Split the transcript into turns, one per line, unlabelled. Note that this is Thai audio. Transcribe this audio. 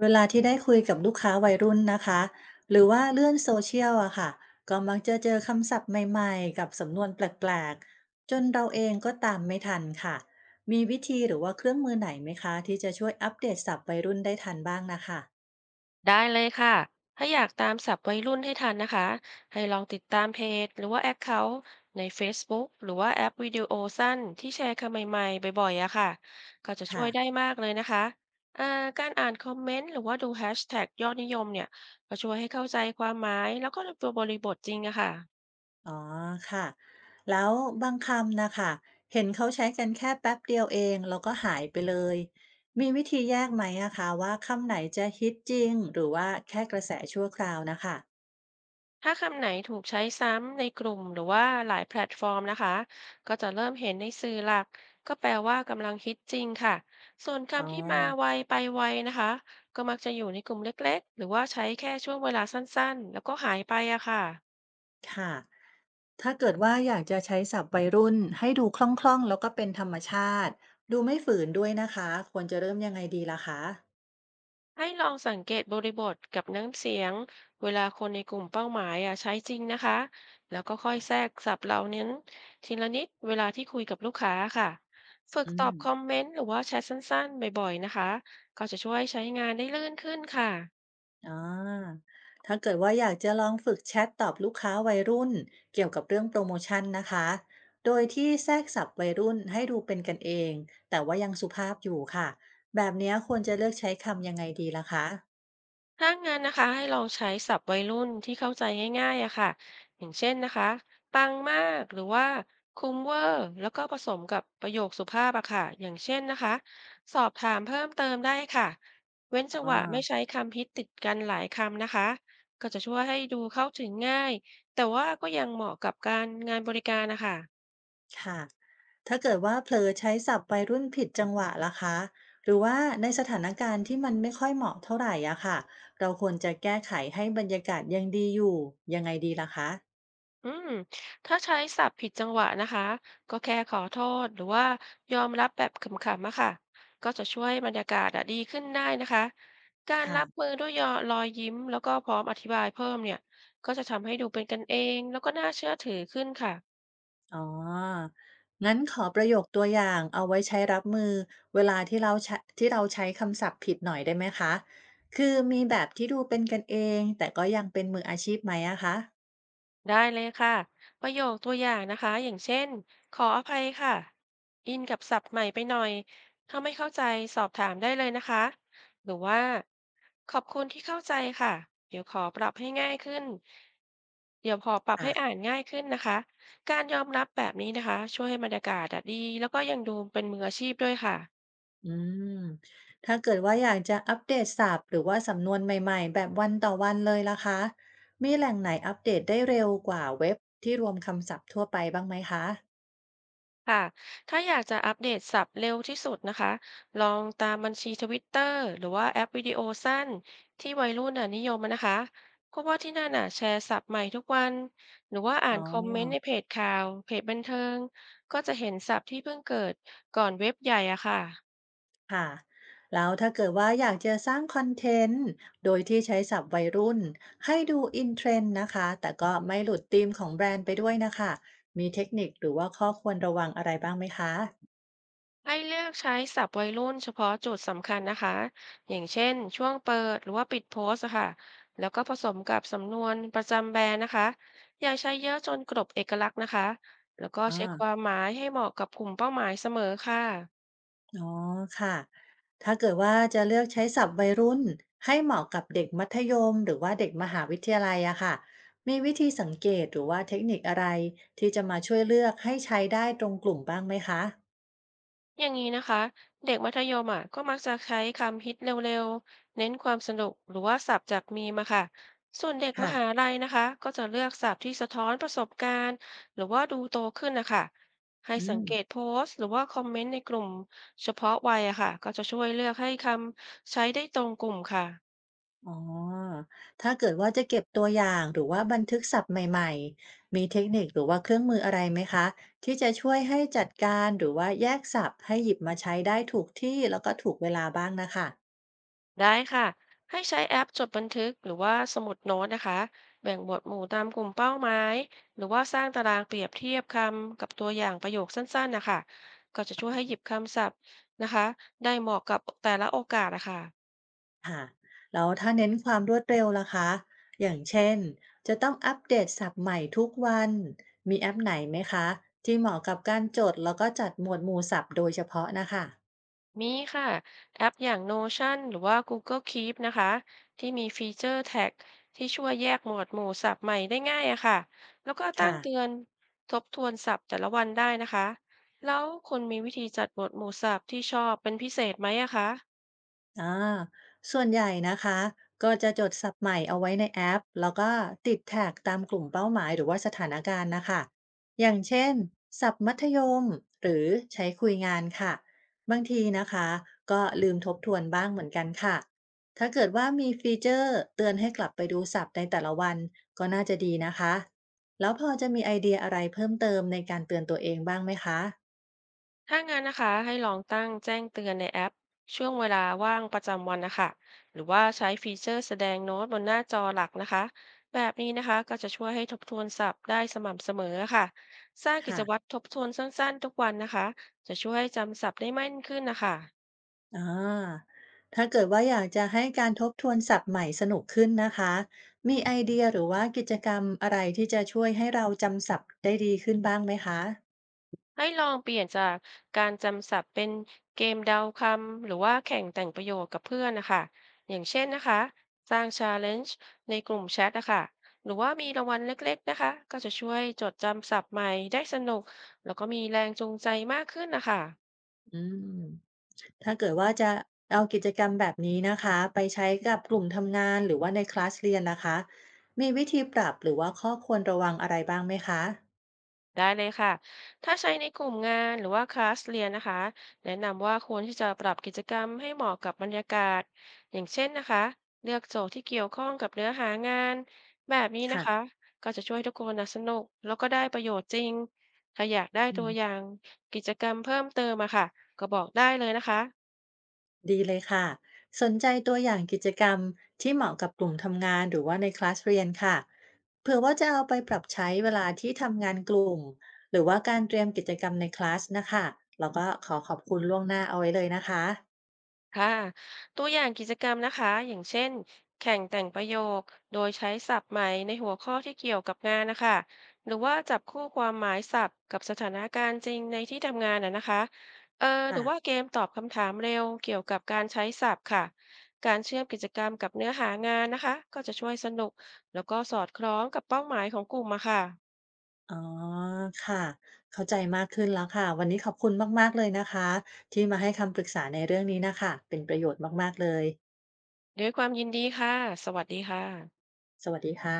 เวลาที่ได้คุยกับลูกค้าวัยรุ่นนะคะหรือว่าเลื่อนโซเชียลอะค่ะก็มักจะเจอคำศัพท์ใหม่ๆกับสำนวนแปลกๆจนเราเองก็ตามไม่ทันค่ะมีวิธีหรือว่าเครื่องมือไหนไหมคะที่จะช่วยอัปเดตศัพท์วัยรุ่นได้ทันบ้างนะคะ
ได้เลยค่ะ ถ้าอยากตามศัพท์วัยรุ่นให้ทันนะคะ ให้ลองติดตามเพจหรือว่าแอคเคาท์ใน Facebook หรือว่าแอปวิดีโอสั้นที่แชร์คำใหม่ๆบ่อยๆอะค่ะ ก็จะช่ว
ค่ะ
ยได้มากเลยนะคะอ่าการอ่านคอมเมนต์หรือว่าดูแฮชแท็กยอดนิยมเนี่ย ก็ช่วยให้เข้าใจความหมายแล้วก็ตัวบริบทจริงอะค่ะ
อ๋อค่ะแล้วบางคำนะคะเห็นเขาใช้กันแค่แป๊บเดียวเองแล้วก็หายไปเลยมีวิธีแยกไหมอะคะว่าคำไหนจะฮิตจริงหรือว่าแค่กระแสชั่วคราวนะคะ
ถ้าคำไหนถูกใช้ซ้ำในกลุ่มหรือว่าหลายแพลตฟอร์มนะคะก็จะเริ่มเห็นในสื่อหลักก็แปลว่ากำลังฮิตจริงค่ะส่วน
อ๋อ
คำที่มาไวไปไวนะคะก็มักจะอยู่ในกลุ่มเล็กๆหรือว่าใช้แค่ช่วงเวลาสั้นๆแล้วก็หายไปอะค่ะ
ค่ะถ้าเกิดว่าอยากจะใช้ศัพท์วัยรุ่นให้ดูคล่องๆแล้วก็เป็นธรรมชาติดูไม่ฝืนด้วยนะคะควรจะเริ่มยังไงดีล่ะคะ
ให้ลองสังเกตบริบทกับน้ำเสียงเวลาคนในกลุ่มเป้าหมายอ่ะใช้จริงนะคะแล้วก็ค่อยแทรกศัพท์เหล่านี้นทีละนิดเวลาที่คุยกับลูกค้าค่ะฝึก
อื
ตอ
ม
บคอมเมนต์หรือว่าแชทสั้นๆบ่อยๆนะคะก็จะช่วยใช้งานได้ลื่นขึ้นค่ะ
อ๋อถ้าเกิดว่าอยากจะลองฝึกแชทตอบลูกค้าวัยรุ่นเกี่ยวกับเรื่องโปรโมชันนะคะโดยที่แทรกศัพท์วัยรุ่นให้ดูเป็นกันเอง แต่ว่ายังสุภาพอยู่ค่ะ แบบเนี้ยควรจะเลือกใช้คำยังไงดีล่ะคะ
ถ้างั้นนะคะให้ลองใช้ศัพท์วัยรุ่นที่เข้าใจง่ายๆอะค่ะอย่างเช่นนะคะปังมากหรือว่าคุ้มเวอร์แล้วก็ผสมกับประโยคสุภาพอะค่ะอย่างเช่นนะคะสอบถามเพิ่มเติมได้ค่ะเว้นจัง
อ๋อ
หวะไม่ใช้คำพิษติดกันหลายคำนะคะก็จะช่วยให้ดูเข้าถึงง่ายแต่ว่าก็ยังเหมาะกับการงานบริการนะคะ
ค่ะถ้าเกิดว่าเผลอใช้ศัพท์วัยรุ่นผิดจังหวะล่ะคะหรือว่าในสถานการณ์ที่มันไม่ค่อยเหมาะเท่าไหร่อะค่ะเราควรจะแก้ไขให้บรรยากาศยังดีอยู่ยังไงดีล่ะคะ
อืมถ้าใช้ศัพท์ผิดจังหวะนะคะก็แค่ขอโทษหรือว่ายอมรับแบบขำๆอะค่ะก็จะช่วยให้บรรยากาศอะดีขึ้นได้นะคะการรับ
ค่ะ
มือด้วยยอรอยยิ้มแล้วก็พร้อมอธิบายเพิ่มเนี่ยก็จะทำให้ดูเป็นกันเองแล้วก็น่าเชื่อถือขึ้นค่ะ
อ๋องั้นขอประโยคตัวอย่างเอาไว้ใช้รับมือเวลาที่เราใช้คำศัพท์ผิดหน่อยได้ไหมคะ คือมีแบบที่ดูเป็นกันเองแต่ก็ยังเป็นมืออาชีพไหมอะค
ได้เลยค่ะประโยคตัวอย่างนะคะอย่างเช่นขออภัยค่ะอินกับศัพท์ใหม่ไปหน่อยถ้าไม่เข้าใจสอบถามได้เลยนะคะหรือว่าขอบคุณที่เข้าใจค่ะเดี๋ยวขอปรับให้ง่ายขึ้นเดี๋ยวขอปรับ
ะ
ให้อ่านง่ายขึ้นนะคะการยอมรับแบบนี้นะคะช่วยให้บรรยากาศอะดีแล้วก็ยังดูเป็นมืออาชีพด้วยค่ะ
อืมถ้าเกิดว่าอยากจะอัปเดตศัพท์หรือว่าสำนวนใหม่ๆแบบวันต่อวันเลยล่ะคะมีแหล่งไหนอัปเดตได้เร็วกว่าเว็บที่รวมคำศัพท์ทั่วไปบ้างไหมคะ
ค่ะถ้าอยากจะอัปเดตศัพท์เร็วที่สุดนะคะ ลองตามบัญชีทวิตเตอร์หรือว่าแอปวิดีโอสั้นที่วัยรุ่นน่ะนิยมอะนะคะเพราะว่าที่นั่นน่ะแชร์ศัพท์ใหม่ทุกวัน หรือว่าอ่า
อ๋อ
นคอมเมนต์ในเพจข่าวเพจบันเทิง ก็จะเห็นศัพท์ที่เพิ่งเกิดก่อนเว็บใหญ่อะค่ะ
ค่ะแล้วถ้าเกิดว่าอยากจะสร้างคอนเทนต์โดยที่ใช้ศัพท์วัยรุ่นให้ดูอินเท r e ด d นะคะแต่ก็ไม่หลุดธีมของแบรนด์ไปด้วยน่ะคะมีเทคนิคหรือว่าข้อควรระวังอะไรบ้างไหมคะ
ให้เลือกใช้ศัพท์วัยรุ่นเฉพาะจุดสำคัญนะคะ อย่างเช่นช่วงเปิดหรือว่าปิดโพสต์อะค่ะ แล้วก็ผสมกับสำนวนประจำแบรนด์นะคะ อย่าใช้เยอะจนกลบเอกลักษณ์นะคะ แล้วก็
อา
เช็คความหมายให้เหมาะกับกลุ่มเป้าหมายเสมอค่ะ
อ๋อค่ะ ถ้าเกิดว่าจะเลือกใช้ศัพท์วัยรุ่นให้เหมาะกับเด็กมัธยมหรือว่าเด็กมหาวิทยาลัยอะค่ะมีวิธีสังเกตหรือว่าเทคนิคอะไรที่จะมาช่วยเลือกให้ใช้ได้ตรงกลุ่มบ้างไหมคะ
อย่างนี้นะคะเด็กมัธยมอ่ะก็มักจะใช้คำฮิตเร็วๆเน้นความสนุกหรือว่าศัพท์จากมีมาค่ะส่วนเด็กม
ค่ะ
หาลัยนะคะก็จะเลือกศัพท์ที่สะท้อนประสบการณ์หรือว่าดูโตขึ้นนะคะให้
อื
สัง
ม
เกตโพสต์หรือว่าคอมเมนต์ในกลุ่มเฉพาะวัยอะค่ะก็จะช่วยเลือกให้คำใช้ได้ตรงกลุ่มค่ะ
อ๋อถ้าเกิดว่าจะเก็บตัวอย่างหรือว่าบันทึกศัพท์ใหม่ๆมีเทคนิคหรือว่าเครื่องมืออะไรไหมคะที่จะช่วยให้จัดการหรือว่าแยกศัพท์ให้หยิบมาใช้ได้ถูกที่แล้วก็ถูกเวลาบ้างนะคะ
ได้ค่ะให้ใช้แอปจดบันทึกหรือว่าสมุดโน้ตนะคะแบ่งหมวดหมู่ตามกลุ่มเป้าหมายหรือว่าสร้างตารางเปรียบเทียบคำกับตัวอย่างประโยคสั้นๆนะคะก็จะช่วยให้หยิบคำศัพท์นะคะได้เหมาะกับแต่ละโอกาสนะคะ
ค่ะแล้วถ้าเน้นความรวดเร็วล่ะคะ อย่างเช่นจะต้องอัปเดตศัพท์ใหม่ทุกวัน มีแอปไหนไหมคะที่เหมาะกับการจดแล้วก็จัดหมวดหมู่ศัพท์โดยเฉพาะนะคะ
มีค่ะแอปอย่าง Notion หรือว่า Google Keep นะคะที่มีฟีเจอร์แท็กที่ช่วยแยกหมวดหมู่ศัพท์ใหม่ได้ง่ายอะค่ะแล้วก็ตั้ง
ค่ะ
เตือนทบทวนศัพท์แต่ละวันได้นะคะแล้วคุณมีวิธีจัดหมวดหมู่ศัพท์ที่ชอบเป็นพิเศษไหมอะคะ
อาส่วนใหญ่นะคะก็จะจดศัพท์ใหม่เอาไว้ในแอปแล้วก็ติดแท็กตามกลุ่มเป้าหมายหรือว่าสถานการณ์นะคะอย่างเช่นศัพท์มัธยมหรือใช้คุยงานค่ะบางทีนะคะก็ลืมทบทวนบ้างเหมือนกันค่ะถ้าเกิดว่ามีฟีเจอร์เตือนให้กลับไปดูศัพท์ในแต่ละวันก็น่าจะดีนะคะแล้วพอจะมีไอเดียอะไรเพิ่มเติมในการเตือนตัวเองบ้างไหมคะ
ถ้างั้นนะคะให้ลองตั้งแจ้งเตือนในแอปช่วงเวลาว่างประจำวันนะคะหรือว่าใช้ฟีเจอร์แสดงโน้ตบนหน้าจอหลักนะคะแบบนี้นะคะก็จะช่วยให้ทบทวนศัพท์ได้สม่ำเสมอค่ะสร้างกิจวัต
ค่ะ
รทบทวนสั้นๆทุกวันนะคะจะช่วยให้จำศัพท์ได้แม่นขึ้นนะคะ
อาถ้าเกิดว่าอยากจะให้การทบทวนศัพท์ใหม่สนุกขึ้นนะคะ มีไอเดียหรือว่ากิจกรรมอะไรที่จะช่วยให้เราจำศัพท์ได้ดีขึ้นบ้างไหมคะ
ให้ลองเปลี่ยนจากการจำศัพท์เป็นเกมเดาคำหรือว่าแข่งแต่งประโยคกับเพื่อนนะคะอย่างเช่นนะคะสร้าง Challenge ในกลุ่มแชทนะคะหรือว่ามีรางวัลเล็กๆนะคะก็จะช่วยจดจำศัพท์ใหม่ได้สนุกแล้วก็มีแรงจูงใจมากขึ้นนะคะ
อืม ถ้าเกิดว่าจะเอากิจกรรมแบบนี้นะคะไปใช้กับกลุ่มทำงานหรือว่าในคลาสเรียนนะคะมีวิธีปรับหรือว่าข้อควรระวังอะไรบ้างไหมคะ
ได้เลยค่ะถ้าใช้ในกลุ่มงานหรือว่าคลาสเรียนนะคะแนะนำว่าควรที่จะปรับกิจกรรมให้เหมาะกับบรรยากาศ อย่างเช่นนะคะเลือกโจทย์ที่เกี่ยวข้องกับเนื้อหางาน แบบนี้นะ
ค่ะ
คะก็จะช่วยทุกคนนะสนุกแล้วก็ได้ประโยชน์จริงถ้าอยากได้ตัวอย่างกิจกรรมเพิ่มเติมอะค่ะก็บอกได้เลยนะคะ
ดีเลยค่ะสนใจตัวอย่างกิจกรรมที่เหมาะกับกลุ่มทำงานหรือว่าในคลาสเรียนค่ะเผื่อว่าจะเอาไปปรับใช้เวลาที่ทำงานกลุ่มหรือว่าการเตรียมกิจกรรมในคลาสนะคะแล้วก็ขอขอบคุณล่วงหน้าเอาไว้เลยนะคะ
ค่ะตัวอย่างกิจกรรมนะคะอย่างเช่นแข่งแต่งประโยคโดยใช้ศัพท์ใหม่ในหัวข้อที่เกี่ยวกับงานนะคะหรือว่าจับคู่ความหมายศัพท์กับสถานการณ์จริงในที่ทำงานน่ะนะคะเออหรื
ค่ะ
อว่าเกมตอบคำถามเร็วเกี่ยวกับการใช้ศัพท์ค่ะการเชื่อมกิจกรรมกับเนื้อหางานนะคะก็จะช่วยสนุกแล้วก็สอดคล้องกับเป้าหมายของกลุ่มอะค่ะ
อ๋อค่ะเข้าใจมากขึ้นแล้วค่ะวันนี้ขอบคุณมากๆเลยนะคะที่มาให้คำปรึกษาในเรื่องนี้นะคะเป็นประโยชน์มากๆเลย
ด้วยความยินดีค่ะสวัสดีค่ะ
สวัสดีค่ะ